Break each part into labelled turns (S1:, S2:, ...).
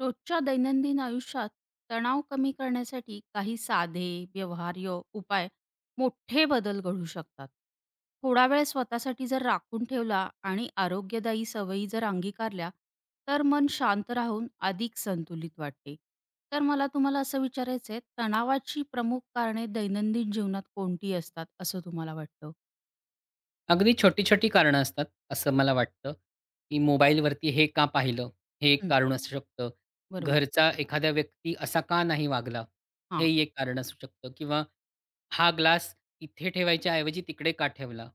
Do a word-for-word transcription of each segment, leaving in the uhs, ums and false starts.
S1: रोजच्या दैनंदिन आयुष्यात तणाव कमी करण्यासाठी काही साधे, व्यवहार्य उपाय मोठे बदल घडू शकतात. थोडा वेळ स्वतःसाठी जर राखून ठेवला आणि आरोग्यदायी सवयी जर अंगीकारल्या, तर मन शांत राहून अधिक संतुलित वाटते. तर मला तुम्हाला असं विचारायचं आहे, तणावाची प्रमुख कारणे दैनंदिन जीवनात कोणती असतात, असं तुम्हाला वाटतं?
S2: अगदी छोटी-छोटी कारणं असतात, असं मला वाटतं, की मोबाईलवरती हे का पाहिलं? हे एक
S1: हं,
S2: कारण असू शकतं.
S1: बरोबर.
S2: घरचा एखादा व्यक्ती असा का नाही वागला?
S1: हां,
S2: हेही एक कारण असू शकतं किंवा हा ग्लास इथे ठेवायच्या ऐवजी तिकडे का ठेवला?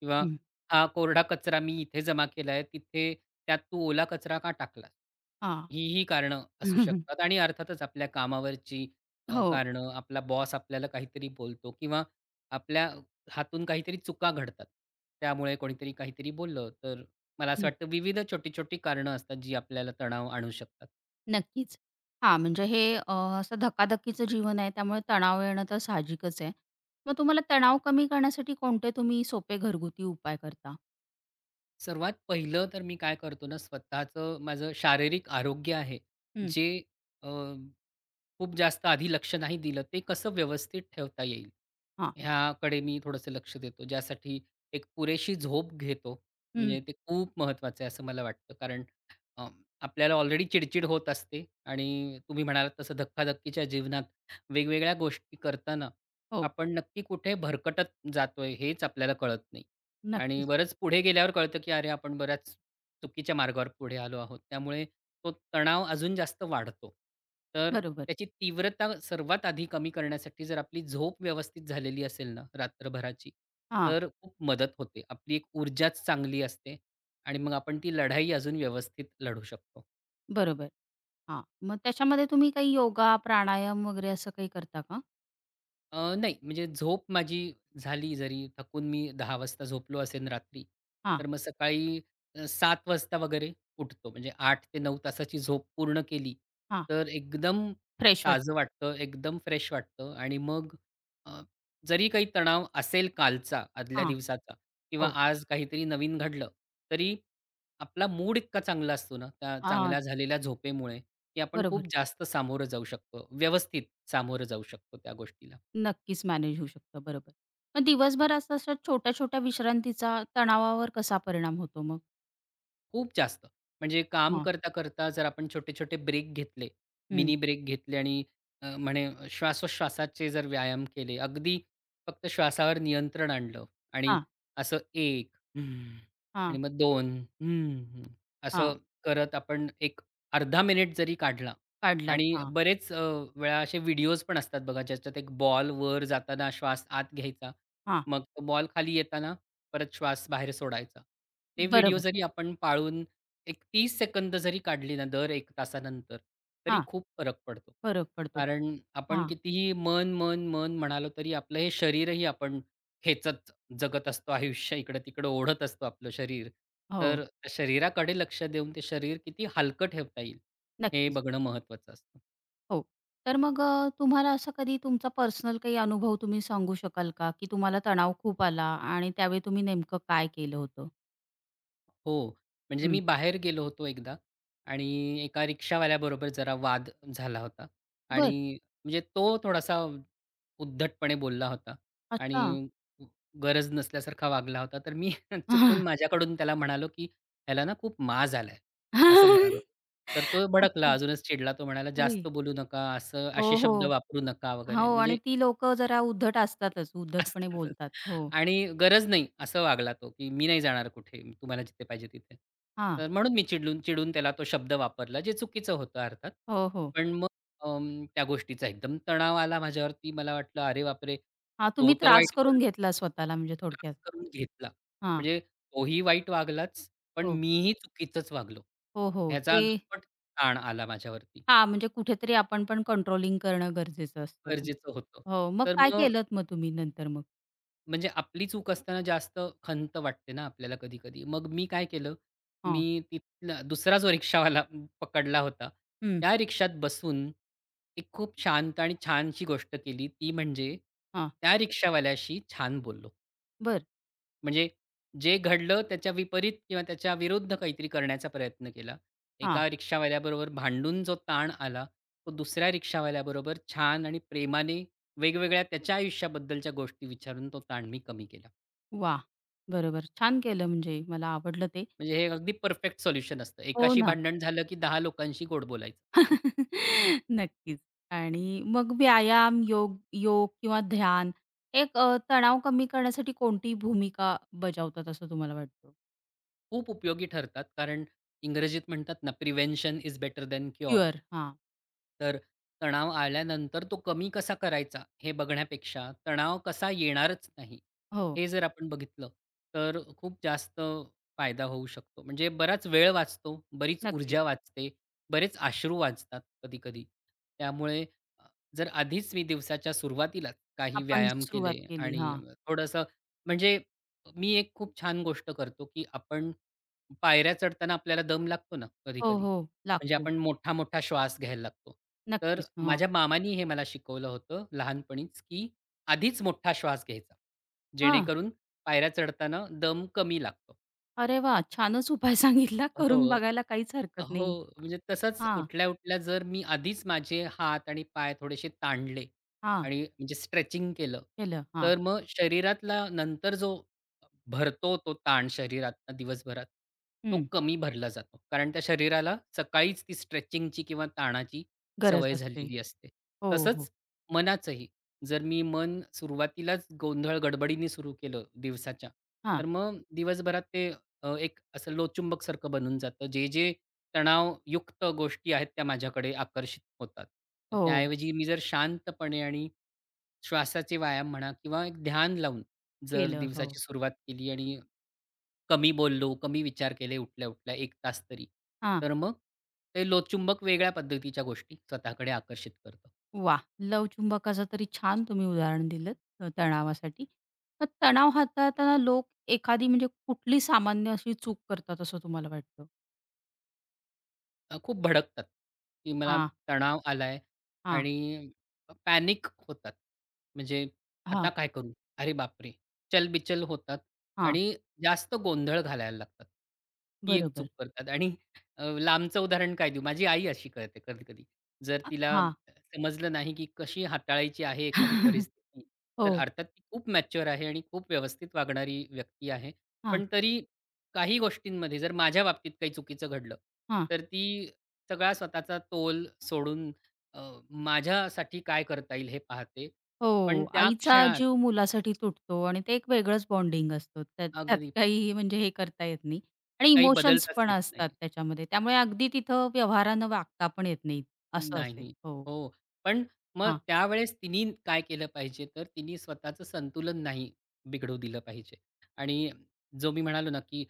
S2: किंवा
S1: हं,
S2: हा कोरडा कचरा मी इथे जमा केलाय, तिथे त्यात तू ओला कचरा का टाकलास?
S1: हां.
S2: ही ही कारणं असू शकतात आणि अर्थातच आपल्या कामावरची अ,
S1: हो.
S2: कारणं, आपला बॉस आपल्याला काहीतरी बोलतो किंवा आपल्या हातून काहीतरी चुका घडतात. त्यामुळे कोणीतरी काहीतरी बोललं, तर मला असं वाटतं विविध छोटी-छोटी कारणं असतात जी आपल्याला तणाव आणू शकतात.
S1: नक्कीच. हां, म्हणजे हे अ, असं धकाधकीचं जीवन आहे त्यामुळे तणाव येणं तर साहजिकच आहे. मग तुम्हाला तणाव कमी करण्यासाठी कोणते तुम्ही सोपे घरगुती उपाय करता?
S2: सर्वात पहिलं तर मी काय करतो ना, स्वतःचं माझं शारीरिक आरोग्य आहे,
S1: हं,
S2: जे अ, खूप जास्त आधी लक्ष नाही दिलं, ते कसं व्यवस्थित ठेवता येईल,
S1: हां,
S2: ह्याकडे मी थोडंसं लक्ष देतो. ज्यासाठी एक पुरेशी झोप घेतो,
S1: हं.
S2: म्हणजे ते खूप महत्त्वाचं आहे असं मला वाटतं. कारण अ, आपल्याला ऑलरेडी चिडचिड होत असते आणि तुम्ही म्हणालात तसं धक्काधक्कीच्या जीवनात वेगवेगळ्या गोष्टी करताना
S1: हो,
S2: आपण नक्की कुठे भरकटत जातोय, हेच आपल्याला कळत नाही. आणि
S1: नक्कीच.
S2: बरंच पुढे गेल्यावर कळतं, की अरे, आपण बऱ्याच चुकीच्या मार्गावर पुढे आलो आहोत. त्यामुळे तो तणाव अजून जास्त वाढतो. तर
S1: बरोबर.
S2: त्याची तीव्रता सर्वात आधी कमी करण्यासाठी जर आपली झोप व्यवस्थित झालेली असेल ना रात्रभराची,
S1: हां,
S2: तर खूप मदत होते. आपली एक ऊर्जाच चांगली असते आणि मग आपण ती लढाई अजून व्यवस्थित लढू शकतो.
S1: बरोबर. हां, मग त्याच्यामध्ये तुम्ही काही योगा, प्राणायाम वगैरे असं काही करता का?
S2: अ, नाही, म्हणजे झोप माझी झाली जरी थकून मी दहा वाजता झोपलो असेन रात्री,
S1: हां,
S2: तर मग सकाळी अ, सात वाजता वगैरे उठतो. म्हणजे आठ ते नऊ तासाची झोप पूर्ण केली,
S1: हां.
S2: तर एकदम
S1: फ्रेश
S2: ताजं
S1: वाटतं.
S2: वाटतं, एकदम फ्रेश वाटतं आणि मग अ, जरी काही तणाव असेल कालचा, आदल्या
S1: हां,
S2: दिवसाचा किंवा
S1: हो.
S2: आज काहीतरी नवीन घडलं, तरी आपला मूड इतका चांगला असतो ना, त्या
S1: हां,
S2: चांगल्या झालेल्या झोपेमुळे, की आपण
S1: बरोबर.
S2: खूप जास्त सामोरं जाऊ शकतो. व्यवस्थित सामोरं जाऊ शकतो त्या गोष्टीला.
S1: नक्कीच मॅनेज होऊ शकतं. बरोबर. मग दिवसभर असं अशा छोट्या-छोट्या विश्रांतीचा तणावावर कसा परिणाम होतो मग?
S2: खूप जास्त. म्हणजे काम
S1: हां,
S2: करता-करता जर आपण छोटे-छोटे ब्रेक घेतले,
S1: हं.
S2: मिनी ब्रेक घेतले आणि अ, म्हणे श्वासोश्वासाचे जर व्यायाम केले, अगदी फक्त श्वासावर नियंत्रण आणलं आणि
S1: हां.
S2: असं एक हं आणि
S1: हां,
S2: मग दोन हं, असं
S1: हां.
S2: करत आपण एक अर्धा मिनिट जरी काढला
S1: काढलात.
S2: आणि
S1: हां,
S2: बरेच अ, वेळा असे व्हिडिओज पण असतात बघा, ज्याच्यात एक बॉल वर जाताना श्वास आत घ्यायचा.
S1: हां.
S2: मग तो बॉल खाली येताना परत श्वास बाहेर सोडायचा. ते व्हिडिओ
S1: बरोबर.
S2: जरी आपण पाळून एक तीस सेकंद जरी काढली ना दर एक तासानंतर, तरी
S1: हां,
S2: खूप फरक पडतो.
S1: फरक पडतो.
S2: कारण आपण
S1: हां.
S2: कितीही मन, मन, मन म्हणालो तरी आपलं हे शरीरही आपण खेचत जगत असतो आयुष्य. इकडं-तिकडं ओढत असतो आपलं शरीर. तर
S1: हो,
S2: शरीराकडे लक्ष देऊन ते शरीर किती हलकं ठेवता येईल, हे
S1: नक्कीच.
S2: बघणं महत्त्वाचं असतं.
S1: हो. तर मग अ, तुम्हाला असं कधी तुमचा पर्सनल काही अनुभव तुम्ही सांगू शकाल का, की तुम्हाला तणाव खूप आला आणि त्यावेळी तुम्ही नेमकं काय केलं होतं?
S2: हो. म्हणजे मी
S1: हं.
S2: बाहेर गेलो होतो एकदा आणि एका रिक्षावाल्याबरोबर जरा वाद झाला होता आणि
S1: बरं.
S2: म्हणजे तो थोडासा उद्धटपणे बोलला होता आणि
S1: अच्छा.
S2: गरज नसल्यासारखा वागला होता. तर मी चुकून माझ्याकडून त्याला म्हणालो, की "ह्याला ना खूप माज आलाय," असं म्हणालो. तर तो भडकला,
S1: अच्छा.
S2: अजूनच चिडला. तो म्हणाला,
S1: अरे!
S2: "जास्त बोलू नका, असं
S1: हो,
S2: असे
S1: हो.
S2: शब्द वापरू नका" वगैरे.
S1: हो आणि
S2: म्हणजे
S1: ती लोकं जरा उद्धट असतातच, उद्धटपणे
S2: असतातच.
S1: बोलतात. हो.
S2: आणि गरज नाही असं वागला तो, की "मी नाही जाणार कुठे, तुम्हाला जिथे पाहिजे तिथे."
S1: हां.
S2: तर म्हणून मी चिडून चिडून त्याला तो शब्द वापरला, जे चुकीचं होतं अर्थात.
S1: हो, हो.
S2: पण मग अं, त्या गोष्टीचा एकदम तणाव आला माझ्यावरती. मला वाटलं, "अरे बापरे!
S1: हां,
S2: तो
S1: तुम्ही
S2: तर
S1: त्रास
S2: वाईट बोलला."
S1: करून घेतला स्वतःला म्हणजे
S2: त्रास
S1: थोडक्यात.
S2: करून घेतला.
S1: हां.
S2: म्हणजे तोही वाईट वागलाच, पण
S1: हो.
S2: मीही चुकीचंच वागलो.
S1: हो, हो.
S2: ह्याचा
S1: ते
S2: दुप्पट ताण आला माझ्यावरती.
S1: हां, म्हणजे कुठेतरी आपण पण कंट्रोलिंग करणं गरजेचं असतं.
S2: गरजेचं होतं.
S1: हो, मग
S2: तर
S1: काय
S2: मग
S1: केलत मग तुम्ही नंतर मग?
S2: म्हणजे आपली चूक असताना जास्त खंत वाटते ना आपल्याला कधी-कधी. मग मी काय केलं,
S1: हां.
S2: मी तिथला दुसरा जो रिक्षावाला पकडला होता,
S1: हं.
S2: त्या रिक्षात बसून एक खूप शांत आणि छानशी गोष्ट केली. ती म्हणजे
S1: हां.
S2: त्या रिक्षावाल्याशी छान बोललो.
S1: बरं.
S2: म्हणजे जे घडलं त्याच्या विपरीत किंवा त्याच्या विरुद्ध काहीतरी करण्याचा प्रयत्न केला.
S1: हां.
S2: एका रिक्षावाल्याबरोबर भांडून जो ताण आला, तो दुसऱ्या रिक्षावाल्याबरोबर छान आणि प्रेमाने वेगवेगळ्या त्याच्या आयुष्याबद्दलच्या गोष्टी विचारून तो ताण मी कमी केला.
S1: वाह! बरोबर. छान केलं म्हणजे मला आवडलं ते.
S2: म्हणजे हे अगदी परफेक्ट सोल्युशन असतं.
S1: हो
S2: एकाशी
S1: ना.
S2: भांडण झालं, की दहा लोकांशी गोड बोलायचं.
S1: नक्कीच. आणि मग व्यायाम, योग योग किंवा ध्यान एक अ, तणाव कमी करण्यासाठी कोणती भूमिका बजावतात असं तुम्हाला वाटतं?
S2: खूप उपयोगी ठरतात. कारण इंग्रजीत म्हणतात ना, "prevention is better than cure."
S1: Cure. हां.
S2: तर तणाव आल्यानंतर तो कमी कसा करायचा हे बघण्यापेक्षा तणाव कसा येणारच नाही,
S1: हो,
S2: हे जर आपण बघितलं, तर खूप जास्त फायदा होऊ शकतो. म्हणजे बराच वेळ वाचतो, बरीच ऊर्जा
S1: नक्कीच.
S2: वाचते, बरेच अश्रू वाचतात कधी-कधी. त्यामुळे अ, जर आधीच मी दिवसाच्या सुरुवातीलाच काही
S1: आपण
S2: व्यायाम
S1: सुरुवात
S2: केले
S1: केली.
S2: आणि
S1: हां.
S2: थोडंसं म्हणजे मी एक खूप छान गोष्ट करतो, की आपण पायऱ्या चढताना आपल्याला दम लागतो ना
S1: हो,
S2: कधी-कधी.
S1: हो.
S2: म्हणजे
S1: लागतो.
S2: आपण मोठा-मोठा श्वास घ्यायला लागतो. तर
S1: नक्कीच. हां.
S2: माझ्या मामानी हे मला शिकवलं होतं लहानपणीच, की आधीच मोठा श्वास घ्यायचा.
S1: हां.
S2: जेणेकरून पायऱ्या चढताना दम कमी लागतो.
S1: अरे वाह! छानच उपाय सांगितला. करून
S2: हो.
S1: बघायला काहीच हरकत नाही.
S2: हो. म्हणजे तसंच
S1: हां,
S2: उठल्या-उठल्या जर मी आधीच माझे हात आणि पाय थोडेसे ताणले
S1: हां.
S2: आणि म्हणजे स्ट्रेचिंग केलं,
S1: केलं. हां.
S2: तर मग शरीरातला नंतर जो भरतो तो ताण शरीरातनं दिवसभरात, तो
S1: हं.
S2: कमी भरला जातो. कारण त्या शरीराला सकाळीच ती स्ट्रेचिंगची किंवा ताणाची
S1: गरज
S2: सवय
S1: असते.
S2: झालेली असते.
S1: हो, हो.
S2: तसंच मनाचंही. जर मी मन सुरुवातीलाच गोंधळ गडबडीने सुरू केलं दिवसाच्या,
S1: हां.
S2: तर मग दिवसभरात ते अ, एक असं लोहचुंबकसारखं बनून जातं. जे, जे तणावयुक्त गोष्टी आहेत त्या माझ्याकडे आकर्षित होतात. तर
S1: हो,
S2: त्याऐवजी मी जर शांतपणे आणि श्वासाचे व्यायाम म्हणा किंवा एक ध्यान लावून जर
S1: केलं.
S2: दिवसाची
S1: हो.
S2: अच्छा. सुरुवात केली आणि कमी बोललो, कमी विचार केले उठल्या-उठल्या एक तास तरी,
S1: हां.
S2: तर मग ते लोहचुंबक वेगळ्या पद्धतीच्या गोष्टी स्वतःकडे आकर्षित करतं.
S1: वाह! लवचुंबकाचं तरी छान तुम्ही उदाहरण दिलंत तणावासाठी. मग तणाव हाताळताना लोक एखादी म्हणजे कुठली सामान्य अशी चूक करतात असं तुम्हाला वाटतं?
S2: अ, खूप भडकतात, की मला
S1: हां,
S2: तणाव आलाय
S1: हां,
S2: आणि पॅनिक होतात. म्हणजे
S1: हां,
S2: आता काय करू? अरे बापरे! चलबिचल होतात
S1: हां.
S2: आणि जास्त गोंधळ घालायला लागतात. ही एक
S1: बरोबर.
S2: चूक करतात आणि अ, लांबचं उदाहरण काय देऊ? माझी आई अशी करते कधी-कधी. जर तिला
S1: हां.
S2: समजलं नाही, की कशी हाताळायची आहे एखादी परिस्थिती, तर
S1: हो.
S2: अर्थात ती खूप मॅच्युअर आहे आणि खूप व्यवस्थित वागणारी व्यक्ती आहे.
S1: हां,
S2: पण तरी काही गोष्टींमध्ये जर माझ्या बाबतीत काही चुकीचं घडलं,
S1: हां.
S2: तर ती सगळा स्वतःचा तोल सोडून अ, माझ्यासाठी काय करता येईल हे पाहते. पण
S1: हो,
S2: त्या
S1: आईचा
S2: क्षणात
S1: जीव मुलासाठी तुटतो आणि ते एक वेगळंच बॉन्डिंग असतं. त्यात त्यात
S2: अगदी
S1: काही म्हणजे हे करता येत नाही आणि
S2: काही
S1: इमोशन्स
S2: बदलताच
S1: पण
S2: येत
S1: असतात
S2: नाही.
S1: त्याच्यामध्ये. त्यामुळे अगदी तिथं व्यवहारानं वागता पण येत नाही, असं असेल.
S2: नाही.
S1: हो.
S2: हो. पण मग
S1: हां.
S2: त्यावेळेस तिनी काय केलं पाहिजे, तर तिनी स्वतःचं संतुलन नाही बिघडू दिलं पाहिजे. आणि जो मी म्हणालो ना, की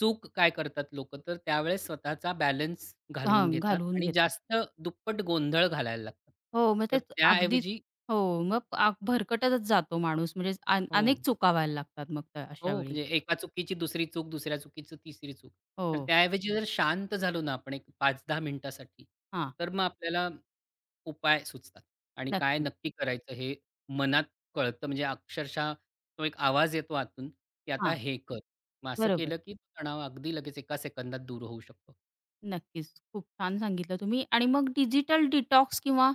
S2: चूक काय करतात लोकं, तर त्यावेळेस स्वतःचा बॅलन्स घालवून
S1: हां,
S2: घेतात
S1: घालवून
S2: आणि
S1: घेतात.
S2: जास्त दुप्पट गोंधळ घालायला लागतात.
S1: हो, मग
S2: तर
S1: तेच अगदीच
S2: त्याऐवजी
S1: हो, मग आ भरकटतच जातो माणूस म्हणजे अन
S2: हो,
S1: अनेक चुका व्हायला लागतात मग त्या अशा
S2: हो.
S1: वेळी.
S2: म्हणजे एका चुकीची दुसरी चूक, दुसऱ्या चुकीची तिसरी चूक.
S1: हो.
S2: तर त्याऐवजी जर शांत झालो ना आपण एक पाच ते दहा मिनिटासाठी,
S1: हां,
S2: तर मग आपल्याला उपाय सुचतात आणि काय
S1: नक्कीच.
S2: नक्की करायचं हे मनात कळतं. म्हणजे अक्षरशः तो एक आवाज येतो आतून, की आता
S1: हां,
S2: हे कर. मग असं
S1: बरोबर.
S2: केलं की तो तणाव अगदी लगेच एका सेकंदात दूर होऊ शकतो.
S1: नक्कीच. खूप छान सांगितलं तुम्ही आणि मग डिजिटल डिटॉक्स किंवा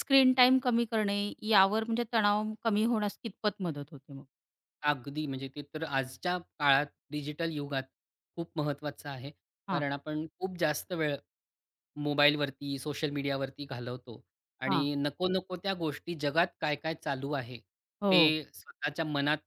S1: स्क्रीन टाइम कमी करणे यावर म्हणजे तणाव कमी होण्यास कितपत मदत होते मग?
S2: अगदी, म्हणजे ते तर आजच्या काळात डिजिटल युगात खूप महत्त्वाचं आहे.
S1: हां,
S2: कारण आपण खूप जास्त वेळ मोबाईलवरती, सोशल मीडियावरती घालवतो
S1: हां.
S2: आणि नको-नको त्या गोष्टी जगात काय-काय चालू आहे,
S1: हो
S2: ते स्वतःच्या मनात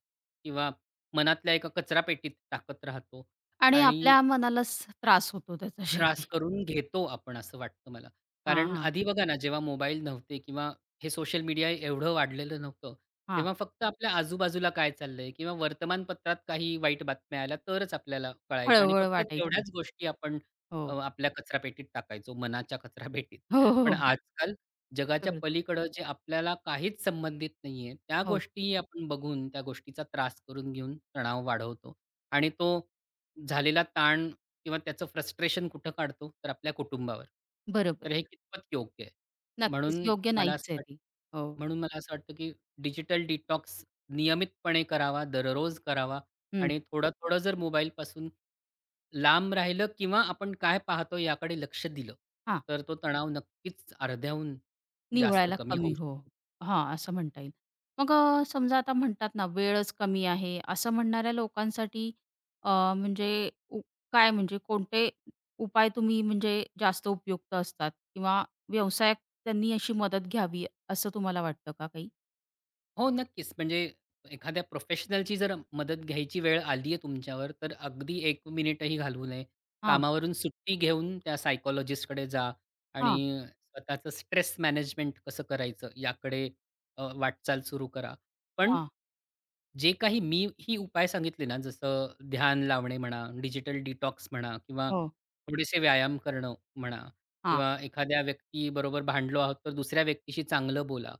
S2: किंवा मनातल्या एका कचरापेटीत टाकत राहतो
S1: आणि
S2: आणि
S1: आपल्या मनालाच त्रास होतो त्याचा शेवटी.
S2: त्रास करून घेतो आपण असं वाटतं मला.
S1: हां,
S2: कारण
S1: हां,
S2: आधी बघा ना, जेव्हा मोबाईल नव्हते किंवा हे सोशल मीडिया एवढं वाढलेलं नव्हतं,
S1: हां.
S2: तेव्हा फक्त आपल्या आजूबाजूला काय चाललंय किंवा वर्तमानपत्रात काही वाईट बातम्या आल्या तरच आपल्याला कळायचं आणि
S1: हळहळ
S2: फक्त
S1: वाटायची.
S2: तेवढ्याच गोष्टी आपण अ,
S1: हो.
S2: आपल्या कचरापेटीत टाकायचो, मनाच्या कचरापेटीत.
S1: हो, हो,
S2: पण
S1: हो.
S2: आजकाल जगाच्या
S1: सगळंच.
S2: पलीकडं जे आपल्याला काहीच संबंधित नाहीये, त्या
S1: हो,
S2: गोष्टीही आपण बघून त्या गोष्टीचा त्रास करून घेऊन तणाव वाढवतो आणि तो झालेला ताण किंवा त्याचं फ्रस्ट्रेशन कुठं काढतो? तर आपल्या कुटुंबावर.
S1: बरोबर.
S2: तर हे कितपत योग्य आहे?
S1: नक्कीच
S2: म्हणून
S1: योग्य
S2: मला असं
S1: नाहीच आहे
S2: वाटतं
S1: ती. हो.
S2: म्हणून मला असं वाटतं, की डिजिटल डिटॉक्स नियमितपणे करावा, दररोज करावा
S1: हं.
S2: आणि थोडं-थोडं जर मोबाईलपासून लांब राहिलं किंवा आपण काय पाहतो याकडे लक्ष दिलं,
S1: हां.
S2: तर तो तणाव नक्कीच अर्ध्याहून जास्त
S1: निवडायला
S2: कमी
S1: कमी
S2: होऊ
S1: हो. हां, असं म्हणता येईल. मग अ, समजा आता म्हणतात ना, वेळच कमी आहे, असं म्हणणाऱ्या लोकांसाठी अ, म्हणजे उ काय म्हणजे कोणते उपाय तुम्ही म्हणजे जास्त उपयुक्त असतात किंवा व्यवसायात त्यांनी अशी मदत घ्यावी, असं तुम्हाला वाटतं का काही?
S2: हो, नक्कीच. म्हणजे एखाद्या प्रोफेशनलची जर मदत घ्यायची वेळ आली आहे तुमच्यावर, तर अगदी एक मिनिटही घालवू नये.
S1: हां,
S2: कामावरून सुट्टी घेऊन त्या सायकॉलॉजिस्टकडे जा
S1: हां,
S2: आणि स्वतःचं स्ट्रेस मॅनेजमेंट कसं करायचं याकडे अ, वाटचाल सुरू करा. पण
S1: हां,
S2: जे काही मी ही उपाय सांगितले ना, जसं ध्यान लावणे म्हणा, डिजिटल डिटॉक्स म्हणा किंवा
S1: हो,
S2: थोडेसे व्यायाम करणं म्हणा
S1: हां,
S2: किंवा एखाद्या व्यक्तीबरोबर भांडलो आहोत, तर दुसऱ्या व्यक्तीशी चांगलं बोला.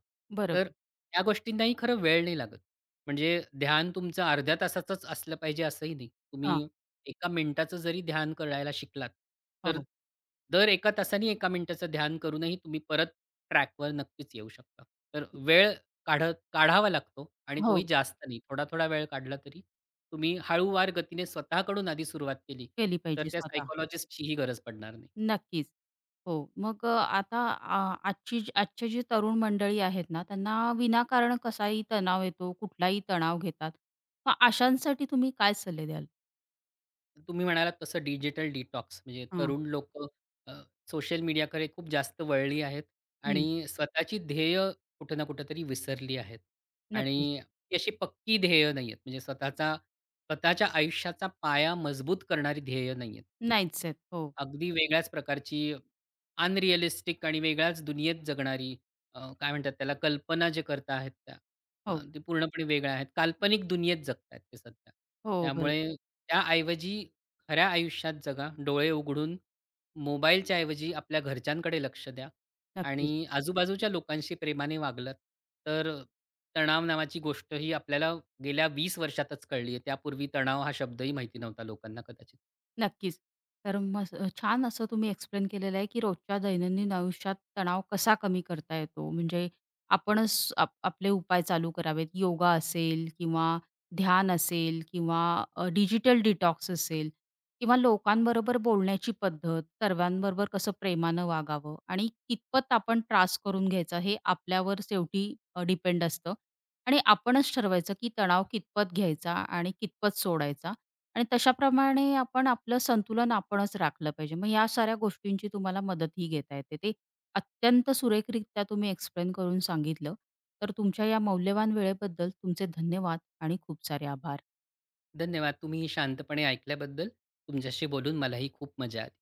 S2: तर
S1: बरोबर.
S2: त्या गोष्टींनाही खरं वेळ नाही लागत. म्हणजे ध्यान तुमचं अर्ध्या तासाचंच असलं पाहिजे असंही नाही.
S1: हां,
S2: तुम्ही एका मिनिटाचं जरी ध्यान करायला शिकलात, तर
S1: हो,
S2: दर एका तासाने एका मिनिटाचं ध्यान करूनही तुम्ही परत ट्रॅकवर नक्कीच येऊ शकता. तर वेळ काढत काढावा लागतो आणि तोही
S1: हो,
S2: जास्त नाही. थोडा-थोडा वेळ काढला तरी. तुम्ही हळूवार गतीने स्वतःकडून आधी सुरुवात केली,
S1: केली
S2: तर
S1: पाहिजे
S2: त्या
S1: स्वतः.
S2: सायकॉलॉजिस्टचीही गरज पडणार नाही.
S1: नक्कीच. हो. मग अ, आता आ आजची जी- आजची जी तरुण मंडळी आहेत ना, त्यांना विनाकारण कसाही तणाव येतो, कुठलाही तणाव घेतात. मग अशांसाठी तुम्ही काय सल्ले द्याल?
S2: तुम्ही म्हणालात तसं डिजिटल डिटॉक्स म्हणजे
S1: हां.
S2: तरुण लोकं अ, सोशल मीडियाकडे खूप जास्त वळली आहेत
S1: हं.
S2: आणि स्वतःची ध्येय कुठे ना कुठेतरी विसरली आहेत.
S1: नक्कीच.
S2: आणि ती अशी पक्की ध्येय नाहीयेत. म्हणजे स्वतःचा स्वतःच्या आयुष्याचा पाया मजबूत करणारी ध्येय नाहीयेत ती.
S1: नाहीच आहेत. हो,
S2: अगदी वेगळ्याच प्रकारची अनरिअलिस्टिक आणि वेगळ्याच दुनियेत जगणारी अ, काय म्हणतात त्याला कल्पना जे करत आहेत त्या अ,
S1: हो,
S2: ते पूर्णपणे वेगळ्या आहेत. काल्पनिक दुनियेत जगत ते सध्या.
S1: हो. बरोबर.
S2: त्यामुळे त्याऐवजी खऱ्या आयुष्यात जगा, डोळे उघडून मोबाईलच्या ऐवजी आपल्या घरच्यांकडे लक्ष द्या
S1: नक्कीच.
S2: आणि आजूबाजूच्या लोकांशी प्रेमाने वागलात, तर अ, तणाव नावाची गोष्ट ही आपल्याला गेल्या वीस वर्षातच कळली आहे. त्यापूर्वी तणाव हा शब्दही माहिती नव्हता लोकांना कदाचित.
S1: नक्कीच. तर मस छान असं तुम्ही एक्सप्लेन केलेलं आहे, की रोजच्या दैनंदिन आयुष्यात तणाव कसा कमी करता येतो. म्हणजे आपणच आप आपले उपाय चालू करावेत. योगा असेल किंवा ध्यान असेल किंवा डिजिटल डिटॉक्स असेल किंवा लोकांबरोबर बोलण्याची पद्धत, सर्वांबरोबर कसं प्रेमानं वागावं आणि कितपत आपण त्रास करून घ्यायचा हे आपल्यावर शेवटी डिपेंड असतं आणि आपणच ठरवायचं, की तणाव कितपत घ्यायचा आणि कितपत सोडायचा. आणि तशाप्रमाणे आपण आपलं संतुलन आपणच राखलं पाहिजे. मग या साऱ्या गोष्टींची तुम्हाला मदतही घेता येते. ते अत्यंत सुरेखरित्या तुम्ही एक्सप्लेन करून सांगितलं. तर तुमच्या या मौल्यवान वेळेबद्दल तुमचे धन्यवाद आणि खूप सारे आभार.
S2: धन्यवाद. तुम्ही शांतपणे ऐकल्याबद्दल. तुमच्याशी बोलून मलाही खूप मजा आली.